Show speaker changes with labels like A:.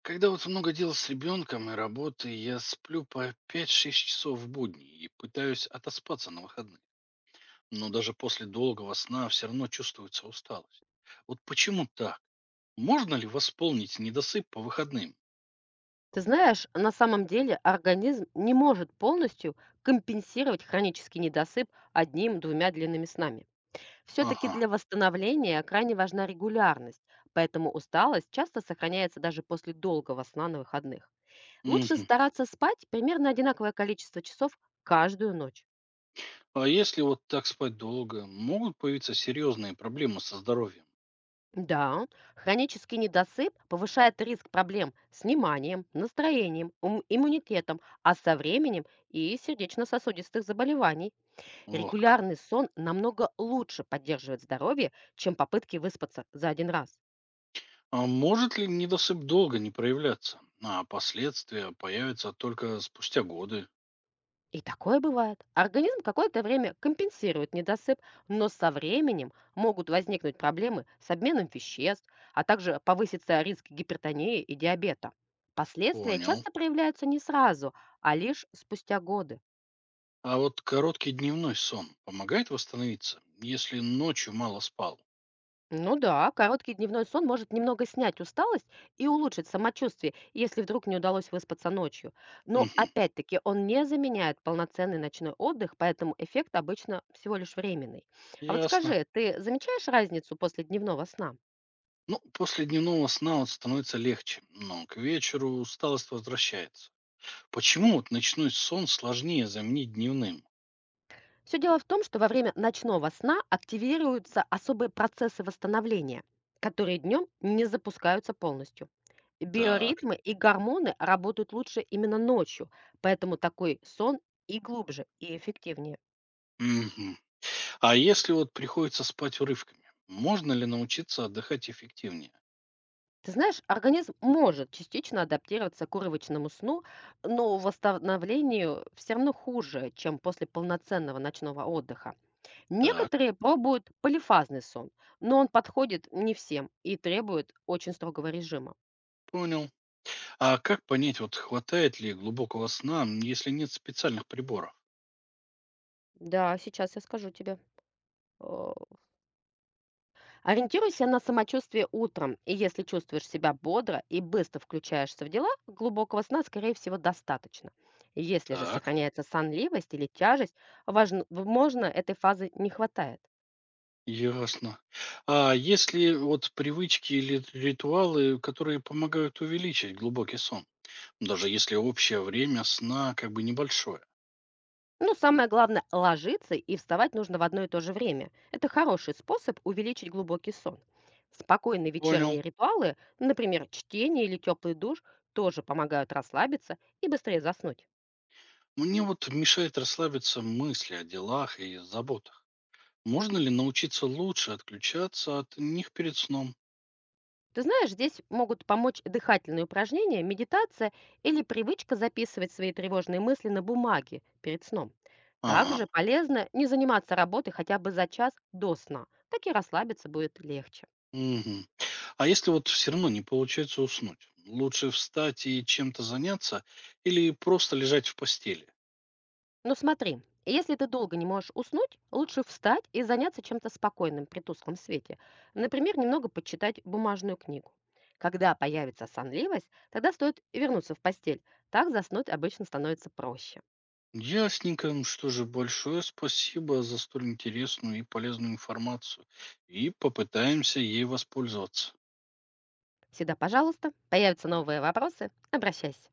A: Когда вот много дел с ребенком и работы, я сплю по 5–6 часов в будни и пытаюсь отоспаться на выходных. Но даже после долгого сна все равно чувствуется усталость. Вот почему так? Можно ли восполнить недосып по выходным?
B: Ты знаешь, на самом деле организм не может полностью компенсировать хронический недосып одним-двумя длинными снами. Все-таки
A: Ага.
B: для восстановления крайне важна регулярность, поэтому усталость часто сохраняется даже после долгого сна на выходных. Лучше
A: Мгм.
B: стараться спать примерно одинаковое количество часов каждую ночь.
A: А если вот так спать долго, могут появиться серьезные проблемы со здоровьем?
B: Да, хронический недосып повышает риск проблем с вниманием, настроением, иммунитетом, а со временем и сердечно-сосудистых заболеваний.
A: Вот как.
B: Регулярный сон намного лучше поддерживает здоровье, чем попытки выспаться за один раз.
A: А может ли недосып долго не проявляться, а последствия появятся только спустя годы?
B: И такое бывает. Организм какое-то время компенсирует недосып, но со временем могут возникнуть проблемы с обменом веществ, а также повысится риск гипертонии и диабета. Последствия
A: Понял.
B: часто проявляются не сразу, а лишь спустя годы.
A: А вот короткий дневной сон помогает восстановиться, если ночью мало спал?
B: Ну да, короткий дневной сон может немного снять усталость и улучшить самочувствие, если вдруг не удалось выспаться ночью. Но
A: Мгм.
B: опять-таки он не заменяет полноценный ночной отдых, поэтому эффект обычно всего лишь временный. А вот
A: Ясно.
B: скажи, ты замечаешь разницу после дневного сна?
A: Ну, после дневного сна вот становится легче, но к вечеру усталость возвращается. Почему вот ночной сон сложнее заменить дневным?
B: Все дело в том, что во время ночного сна активируются особые процессы восстановления, которые днем не запускаются полностью.
A: Так.
B: Биоритмы и гормоны работают лучше именно ночью, поэтому такой сон и глубже, и эффективнее.
A: Мгм. А если вот приходится спать урывками, можно ли научиться отдыхать эффективнее?
B: Ты знаешь, организм может частично адаптироваться к урывочному сну, но восстановлению все равно хуже, чем после полноценного ночного отдыха.
A: Так,
B: Некоторые пробуют полифазный сон, но он подходит не всем и требует очень строгого режима.
A: понял. А как понять, вот хватает ли глубокого сна, если нет специальных приборов?
B: Да, сейчас я скажу тебе. О, ориентируйся на самочувствие утром, и если чувствуешь себя бодро и быстро включаешься в дела, глубокого сна, скорее всего, достаточно. Если же
A: Так.
B: сохраняется сонливость или тяжесть, важно, возможно, этой фазы не хватает.
A: Ясно. А если вот привычки или ритуалы, которые помогают увеличить глубокий сон, даже если общее время сна как бы небольшое?
B: Ну, самое главное, ложиться и вставать нужно в одно и то же время. Это хороший способ увеличить глубокий сон. Спокойные
A: Понял.
B: вечерние ритуалы, например, чтение или теплый душ, тоже помогают расслабиться и быстрее заснуть.
A: Мне вот мешает расслабиться мысли о делах и заботах. Можно ли научиться лучше отключаться от них перед сном?
B: Ты знаешь, здесь могут помочь дыхательные упражнения, медитация или привычка записывать свои тревожные мысли на бумаге перед сном.
A: Ага.
B: Также полезно не заниматься работой хотя бы за час до сна, так и расслабиться будет легче.
A: Мгм. А если вот все равно не получается уснуть? Лучше встать и чем-то заняться или просто лежать в постели?
B: Ну смотри, если ты долго не можешь уснуть, лучше встать и заняться чем-то спокойным при тусклом свете. Например, немного почитать бумажную книгу. Когда появится сонливость, тогда стоит вернуться в постель. Так заснуть обычно становится проще.
A: Ясненько. Ну, что же, большое спасибо за столь интересную и полезную информацию. И попытаемся ей воспользоваться.
B: Всегда, пожалуйста, появятся новые вопросы, обращайся.